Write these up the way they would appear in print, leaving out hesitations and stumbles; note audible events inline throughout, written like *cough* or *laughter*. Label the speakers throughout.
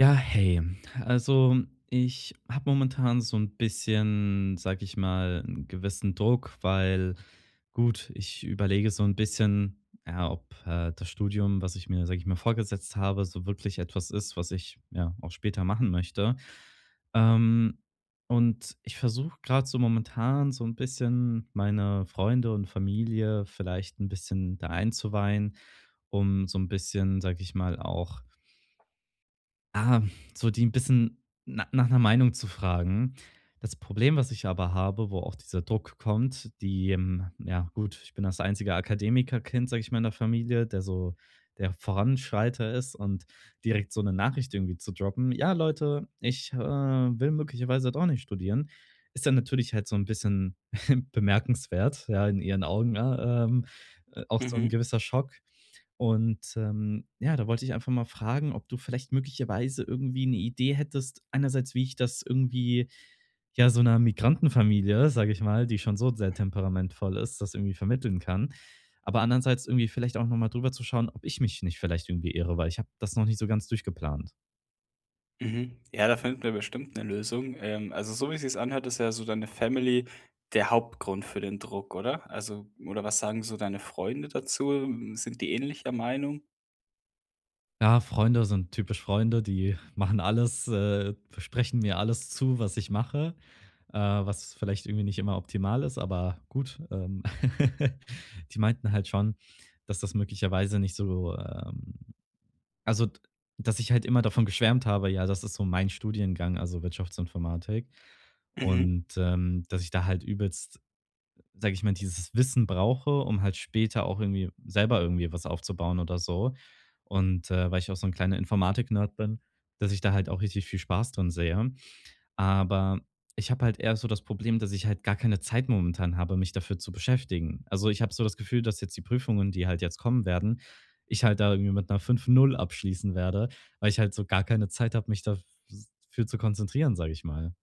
Speaker 1: Ja, hey. Also, ich habe momentan so ein bisschen, sage ich mal, einen gewissen Druck, weil gut, ich überlege so ein bisschen, ja, ob, das Studium, was ich mir, sage ich mal, vorgesetzt habe, so wirklich etwas ist, was ich, ja, auch später machen möchte. Ähm, und ich versuche gerade so momentan so ein bisschen meine Freunde und Familie vielleicht ein bisschen da einzuweihen, um so ein bisschen, sage ich mal, auch Ah, so die ein bisschen nach 'ner Meinung zu fragen. Das Problem, was ich aber habe, wo auch dieser Druck kommt, die, ja gut, ich bin das einzige Akademikerkind, sage ich mal, in der Familie, der so der Voranschreiter ist und direkt so 'ne Nachricht irgendwie zu droppen: „Ja, Leute, ich, will möglicherweise doch nicht studieren“, ist dann natürlich halt so 'n bisschen *laughs* bemerkenswert, ja, in ihren Augen, ne? Auch so 'n
Speaker 2: Mhm,
Speaker 1: gewisser Schock. Und, ja, da wollte ich einfach mal fragen, ob du vielleicht möglicherweise irgendwie eine Idee hättest, einerseits, wie ich das irgendwie, ja, so 'ner Migrantenfamilie, sage ich mal, die schon so sehr temperamentvoll ist, das irgendwie vermitteln kann. Aber andererseits irgendwie vielleicht auch noch mal drüber zu schauen, ob ich mich nicht vielleicht irgendwie irre, weil ich habe das noch nicht so ganz durchgeplant.
Speaker 2: mhm. Ja, da findet wir bestimmt eine Lösung. Also, so wie sich's anhört, ist ja so deine Family der Hauptgrund für den Druck, oder? Also oder was sagen so deine Freunde dazu? Sind die ähnlicher Meinung?
Speaker 1: Ja, Freunde sind typisch Freunde, die machen alles, sprechen mir alles zu, was ich mache. Was vielleicht irgendwie nicht immer optimal ist, aber gut. *laughs* Die meinten halt schon, dass das möglicherweise nicht so, also, d dass ich halt immer davon geschwärmt habe, ja, das ist so mein Studiengang, also Wirtschaftsinformatik.
Speaker 2: Mhm,
Speaker 1: Und, dass ich da halt übelst, sage ich mal, dieses Wissen brauche, um halt später auch irgendwie selber irgendwie was aufzubauen oder so. Und, weil ich auch so ein kleiner Informatik-Nerd bin, dass ich da halt auch richtig viel Spaß drin sehe. Aber ich habe halt eher so das Problem, dass ich halt gar keine Zeit momentan habe, mich dafür zu beschäftigen. Also, ich habe so das Gefühl, dass jetzt die Prüfungen, die halt jetzt kommen werden, ich halt da irgendwie mit einer fünf null abschließen werde, weil ich halt so gar keine Zeit habe, mich dafür zu konzentrieren, sage ich mal.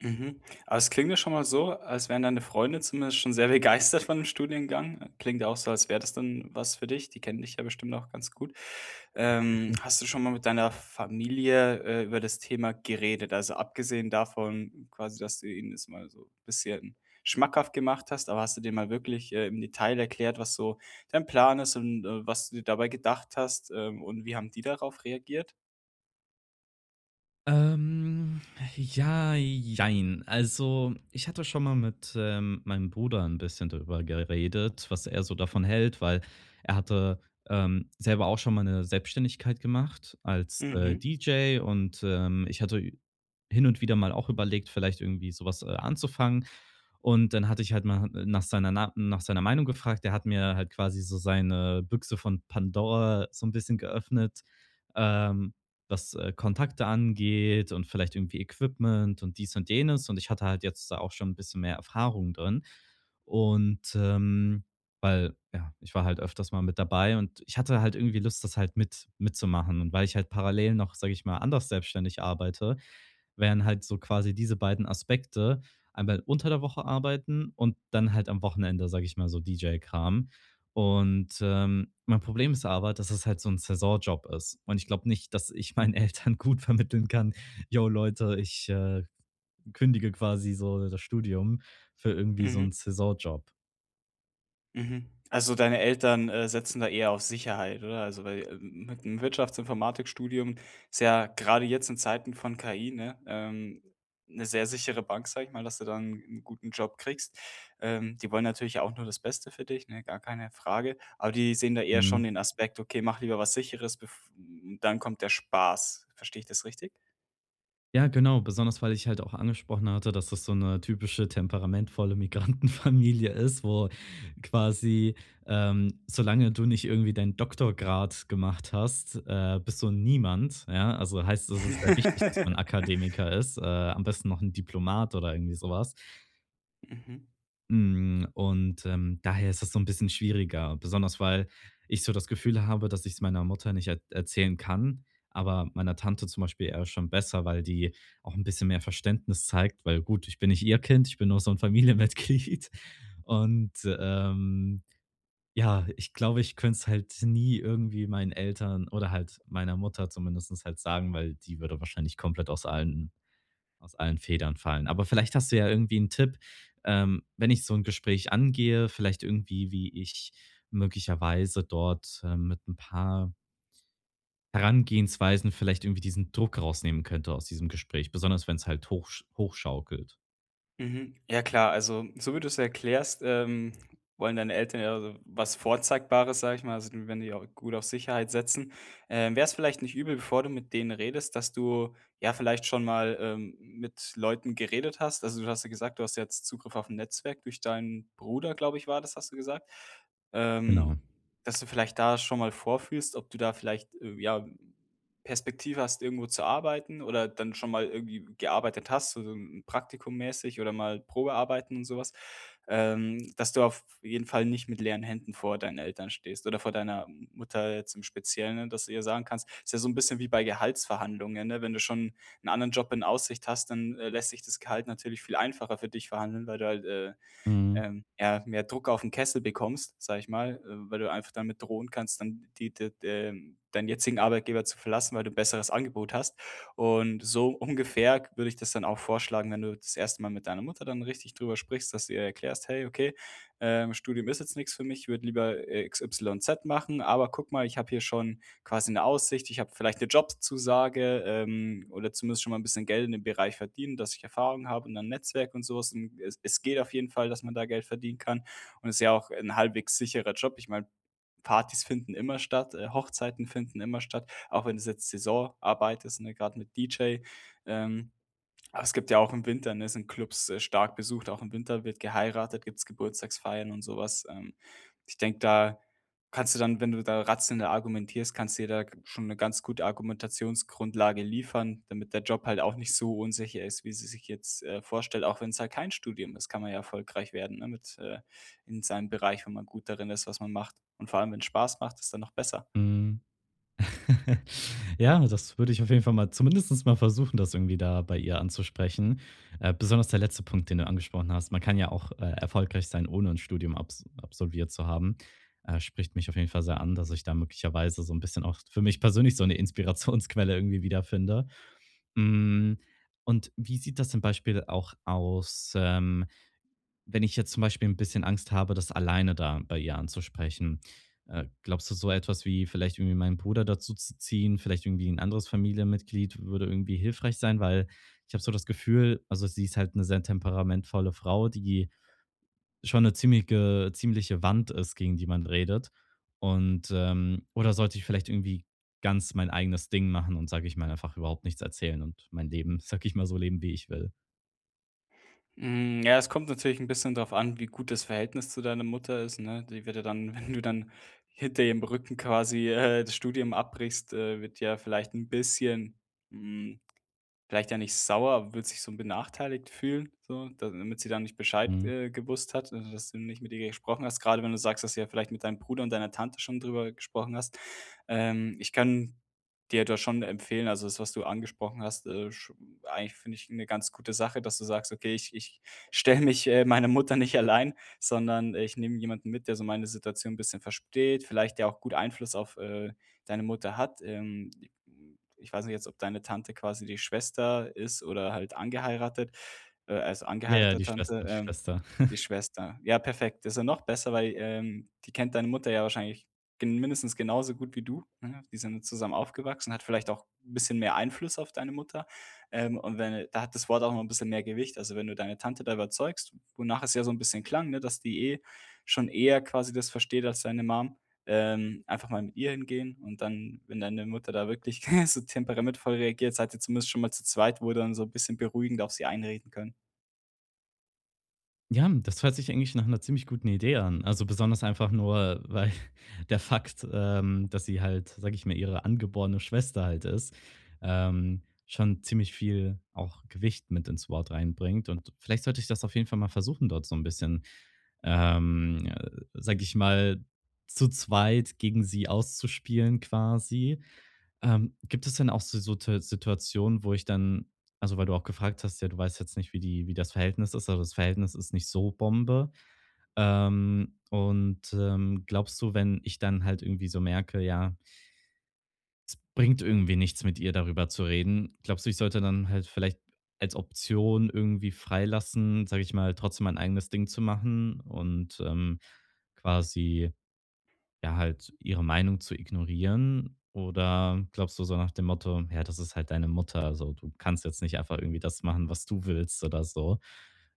Speaker 2: mhm. Aber es klingt ja schon mal so, als wären deine Freunde zumindest schon sehr *laughs* begeistert von dem Studiengang. Klingt auch so, als wäre das dann was für dich. Die kennen dich ja bestimmt auch ganz gut. Hast du schon mal mit deiner Familie, über das Thema geredet? Also, abgesehen davon quasi, dass du ihnen das mal so ein bisschen schmackhaft gemacht hast, aber hast du denen mal wirklich, im Detail erklärt, was so dein Plan ist und, was du dir dabei gedacht hast, und wie haben die darauf reagiert?
Speaker 1: Ähm, ja, jein. Also, ich hatte schon mal mit, meinem Bruder ein bisschen darüber geredet, was er so davon hält, weil er hatte, selber auch schon mal eine Selbstständigkeit gemacht als,
Speaker 2: Mhm,
Speaker 1: DJ und, ich hatte ü hin und wieder mal auch überlegt, vielleicht irgendwie sowas anzufangen. Und dann hatte ich halt mal nach seiner nach seiner Meinung gefragt. Der hat mir halt quasi so seine Büchse von Pandora so ein bisschen geöffnet, ähm, was, Kontakte angeht und vielleicht irgendwie Equipment und dies und jenes. Und ich hatte halt jetzt da auch schon ein bisschen mehr Erfahrung drin. Und, weil, ja, ich war halt öfters mal mit dabei und ich hatte halt irgendwie Lust, das halt mitzumachen. Und weil ich halt parallel noch, sage ich mal, anders selbstständig arbeite, wären halt so quasi diese beiden Aspekte, einmal unter der Woche arbeiten und dann halt am Wochenende, sage ich mal, so DJ-Kram. Und, mein Problem ist aber, dass es halt so 'n Saisonjob ist. Und ich glaube nicht, dass ich meinen *laughs* Eltern gut vermitteln kann: „Jo Leute, ich, kündige quasi so das Studium für irgendwie so 'n
Speaker 2: mhm.
Speaker 1: Saisonjob.“
Speaker 2: Mhm. Also, deine Eltern, setzen da eher auf Sicherheit, oder? Also, weil, mit 'nem Wirtschaftsinformatikstudium ist ja gerade jetzt in Zeiten von KI, ne, 'ne sehr sichere Bank, sage ich mal, dass du dann einen guten Job kriegst. Die wollen natürlich auch nur das Beste für dich, ne, gar keine Frage. Aber die sehen da eher schon den Aspekt: „Okay, mach lieber was Sicheres, bef dann kommt der Spaß.“ Verstehe ich das richtig?
Speaker 1: Ja, genau, besonders weil ich halt auch angesprochen hatte, dass das so eine typische temperamentvolle Migrantenfamilie *laughs* ist, wo quasi, solange du nicht irgendwie deinen Doktorgrad gemacht hast, bist du niemand, ja? Also heißt, es ist sehr wichtig, dass man
Speaker 2: *laughs*
Speaker 1: Akademiker ist, am besten noch ein Diplomat oder irgendwie sowas.
Speaker 2: Mhm.
Speaker 1: Und, daher ist das so ein bisschen schwieriger, besonders weil ich so das Gefühl habe, dass ich es meiner Mutter nicht er erzählen kann, aber meiner Tante zum Beispiel eher schon besser, weil die auch ein bisschen mehr Verständnis zeigt, weil gut, ich bin nicht ihr Kind, ich bin nur so ein Familienmitglied. *laughs* Und, ja, ich glaube, ich könnte es halt nie irgendwie meinen Eltern oder halt meiner Mutter zumindestens halt sagen, weil die würde wahrscheinlich komplett aus allen Federn fallen. Aber vielleicht hast du ja irgendwie einen Tipp, wenn ich so ein Gespräch angehe, vielleicht irgendwie, wie ich möglicherweise dort, mit ein paar Herangehensweisen vielleicht irgendwie diesen Druck rausnehmen könnte aus diesem Gespräch, besonders wenn es halt hochschaukelt.
Speaker 2: Mhm. Ja klar, also so wie du es erklärst, wollen deine Eltern ja so was Vorzeigbares, sage ich mal, also die wenn die auch gut auf Sicherheit setzen. Wäre es vielleicht nicht übel, bevor du mit denen redest, dass du ja vielleicht schon mal, mit Leuten geredet hast? Also, du hast ja gesagt, du hast jetzt Zugriff auf ein Netzwerk durch deinen Bruder, glaube ich, war das, hast du gesagt. Ähm,
Speaker 1: Genau.
Speaker 2: dass du vielleicht da schon mal vorfühlst, ob du da vielleicht, ja Perspektive hast, irgendwo zu arbeiten oder dann schon mal irgendwie gearbeitet hast, so 'n Praktikum mäßig oder mal Probearbeiten und so was, dass du auf jeden Fall nicht mit leeren Händen vor deinen Eltern stehst oder vor deiner Mutter jetzt im Speziellen, ne, dass du ihr sagen kannst, ist ja so 'n bisschen wie bei Gehaltsverhandlungen, ne? Wenn du schon 'n anderen Job in Aussicht hast, dann, lässt sich das Gehalt natürlich viel einfacher für dich verhandeln, weil du halt,
Speaker 1: Mhm.
Speaker 2: ja, mehr Druck auf den Kessel bekommst, sage ich mal, weil du einfach damit drohen kannst, dann die d deinen jetzigen Arbeitgeber zu verlassen, weil du 'n besseres Angebot hast. Und so ungefähr würde ich das dann auch vorschlagen, wenn du das erste Mal mit deiner Mutter dann richtig drüber sprichst, dass du ihr erklärst: „Hey, okay, Studium ist jetzt nichts für mich, ich würde lieber, X, Y, Z machen, aber guck mal, ich habe hier schon quasi eine Aussicht, ich habe vielleicht eine Jobzusage, oder zumindest schon mal ein bisschen Geld in dem Bereich verdienen, dass ich Erfahrung habe und dann Netzwerk und so was, und es geht auf jeden Fall, dass man da Geld verdienen kann und es ist ja auch ein halbwegs sicherer Job. Ich meine, Partys finden immer statt, Hochzeiten finden immer statt, auch wenn es jetzt Saisonarbeit ist, ne, grad mit DJ. Ähm, aber es gibt ja auch im Winter, ne, sind Clubs, stark besucht, auch im Winter wird geheiratet, gibt's Geburtstagsfeiern und sowas. Ich denke, da kannst du dann, wenn du da rationell argumentierst, kannst du dir da schon eine ganz gute Argumentationsgrundlage liefern, damit der Job halt auch nicht so unsicher ist, wie sie sich jetzt, vorstellt. Auch wenn es halt kein Studium ist, kann man ja erfolgreich werden, ne, mit in seinem Bereich, wenn man gut darin ist, was man macht. Und vor allem, wenn es Spaß macht, ist dann noch besser.
Speaker 1: Mhm. *laughs* Ja, das würde ich auf jeden Fall mal zumindest mal versuchen, das irgendwie da bei ihr anzusprechen. Besonders der letzte Punkt, den du angesprochen hast. Man kann ja auch erfolgreich sein, ohne ein Studium absolviert zu haben. Spricht mich auf jeden Fall sehr an, dass ich da möglicherweise so ein bisschen auch für mich persönlich so eine Inspirationsquelle irgendwie wiederfinde. Mm, und wie sieht das zum Beispiel auch aus? Wenn ich jetzt zum Beispiel ein bisschen Angst habe, das alleine da bei ihr anzusprechen, glaubst du, so etwas wie vielleicht irgendwie meinen Bruder dazu zu ziehen, vielleicht irgendwie ein anderes Familienmitglied würde irgendwie hilfreich sein? Weil ich habe so das Gefühl also, sie ist halt eine sehr temperamentvolle Frau, die schon eine ziemliche ziemliche Wand ist, gegen die man redet. Und, oder sollte ich vielleicht irgendwie ganz mein eigenes Ding machen und, sage ich mal, einfach überhaupt nichts erzählen und mein Leben, *laughs* sage ich mal, so leben, wie ich will?
Speaker 2: Hm, ja, es kommt natürlich ein bisschen darauf an, wie gut das Verhältnis zu deiner Mutter ist, ne? Die wird ja dann, *laughs* wenn du dann hinter ihrem Rücken quasi, das Studium abbrichst, wird ja vielleicht ein bisschen, hm, vielleicht ja nicht sauer, aber wird sich so benachteiligt fühlen, so, damit sie dann nicht Bescheid,
Speaker 1: Mhm.
Speaker 2: gewusst hat, also, dass du nicht mit ihr gesprochen hast, gerade wenn du sagst, dass du ja vielleicht mit deinem Bruder und deiner Tante schon drüber gesprochen hast. Ich kann dir da schon empfehlen, also, das, was du angesprochen hast, sch eigentlich finde ich eine ganz gute Sache, dass du sagst: „Okay, ich stelle mich, meiner Mutter nicht allein, sondern ich nehme jemanden mit, der so meine Situation ein bisschen versteht, vielleicht der auch gut Einfluss auf, deine Mutter hat. Ich weiß nicht jetzt, ob deine Tante quasi die Schwester ist oder halt angeheiratet, also
Speaker 1: Ja, ja,
Speaker 2: angeheiratete
Speaker 1: die
Speaker 2: Tante,
Speaker 1: Schwester die Schwester.
Speaker 2: die Schwester. Ja, perfekt. Das ist ja noch besser, weil, die kennt deine Mutter ja wahrscheinlich gen mindestens genauso gut wie du, ne? Die sind ja zusammen aufgewachsen, hat vielleicht auch 'n bisschen mehr Einfluss auf deine Mutter. Und wenn da hat das Wort auch noch 'n bisschen mehr Gewicht. Also, wenn du deine Tante da überzeugst, wonach es ja so ein bisschen klang, ne, dass die eh schon eher quasi das versteht als deine Mom, einfach mal mit ihr hingehen, und dann, wenn deine Mutter da wirklich *laughs* so temperamentvoll reagiert, seid ihr zumindest schon mal zu zweit, wo ihr dann so ein bisschen beruhigend auf sie einreden können.
Speaker 1: Ja, das hört sich eigentlich nach einer ziemlich guten Idee an. Also, besonders einfach nur, weil *laughs* der Fakt, dass sie halt, sage ich mal, ihre angeborene Schwester halt ist, schon ziemlich viel auch Gewicht mit ins Wort reinbringt. Und vielleicht sollte ich das auf jeden Fall mal versuchen, dort so ein bisschen, sage ich mal, zu zweit gegen sie auszuspielen quasi. Gibt es denn auch so Te Situationen, wo ich dann also, weil du auch gefragt hast, ja, du weißt jetzt nicht, wie die wie das Verhältnis ist, also, das Verhältnis ist nicht so Bombe. Und, glaubst du, wenn ich dann halt irgendwie so merke, ja, bringt irgendwie nichts, mit ihr darüber zu reden, glaubst du, ich sollte dann halt vielleicht als Option irgendwie freilassen, sage ich mal, trotzdem mein eigenes Ding zu machen und, quasi ja, halt ihre Meinung zu ignorieren oder glaubst du so nach dem Motto: „Ja, das ist halt deine Mutter, also, du kannst jetzt nicht einfach irgendwie das machen, was du willst“ oder so?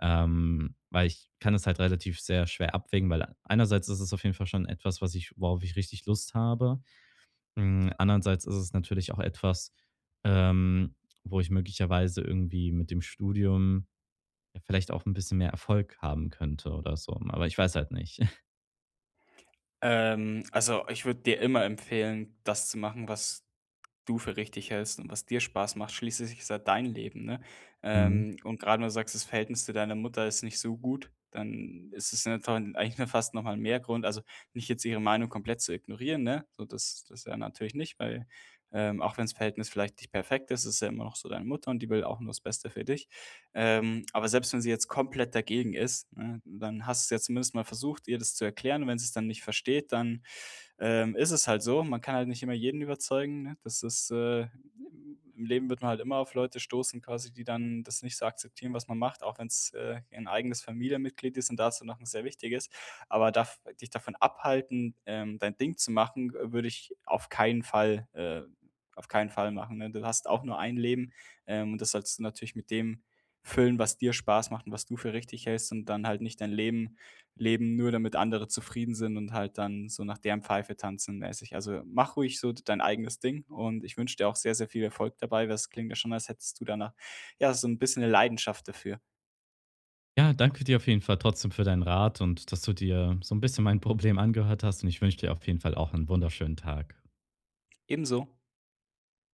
Speaker 1: Weil ich kann es halt relativ sehr schwer abwägen, weil einerseits ist es auf jeden Fall schon etwas, was ich worauf ich richtig Lust habe. Andererseits ist es natürlich auch etwas, ähm, wo ich möglicherweise irgendwie mit dem Studium ja, vielleicht auch ein bisschen mehr Erfolg haben könnte oder so, aber ich weiß halt nicht.
Speaker 2: Also, ich würde dir immer empfehlen, das zu machen, was du für richtig hältst und was dir Spaß macht. Schließlich ist ja dein Leben, ne?
Speaker 1: *laughs*
Speaker 2: Und gerade wenn du sagst, das Verhältnis zu deiner Mutter ist nicht so gut, dann ist es ja dann eigentlich nur fast noch mal mehr Grund, also, nicht jetzt ihre Meinung komplett zu ignorieren, ne? So, das ja natürlich nicht, weil, auch wenn's Verhältnis vielleicht nicht perfekt ist, ist ja immer noch so deine Mutter und die will auch nur das Beste für dich. Aber selbst wenn sie jetzt komplett dagegen ist, ne, dann hast du's ja zumindest mal versucht, ihr das zu erklären. Und wenn sie es dann nicht versteht, dann, ist es halt so, man kann halt nicht immer jeden überzeugen, ne? Das ist im Leben wird man halt immer auf Leute stoßen quasi, die dann das nicht so akzeptieren, was man macht, auch wenn's, ein eigenes Familienmitglied ist und dazu noch ein sehr wichtiges. Aber darf dich davon abhalten, dein Ding zu machen, würde ich auf keinen Fall machen, ne? Du hast auch nur ein Leben, und das sollst du natürlich mit dem füllen, was dir Spaß macht und was du für richtig hältst, und dann halt nicht dein Leben leben, nur damit andere zufrieden sind und halt dann so nach deren Pfeife tanzen mäßig. Also, mach ruhig so dein eigenes Ding, und ich wünsche dir auch sehr, sehr viel Erfolg dabei, weil es klingt ja schon, als hättest du danach ja, so ein bisschen eine Leidenschaft dafür.
Speaker 1: Ja, danke dir auf jeden Fall trotzdem für deinen Rat und dass du dir so ein bisschen mein Problem angehört hast und ich wünsche dir auf jeden Fall auch einen wunderschönen Tag.
Speaker 2: Ebenso.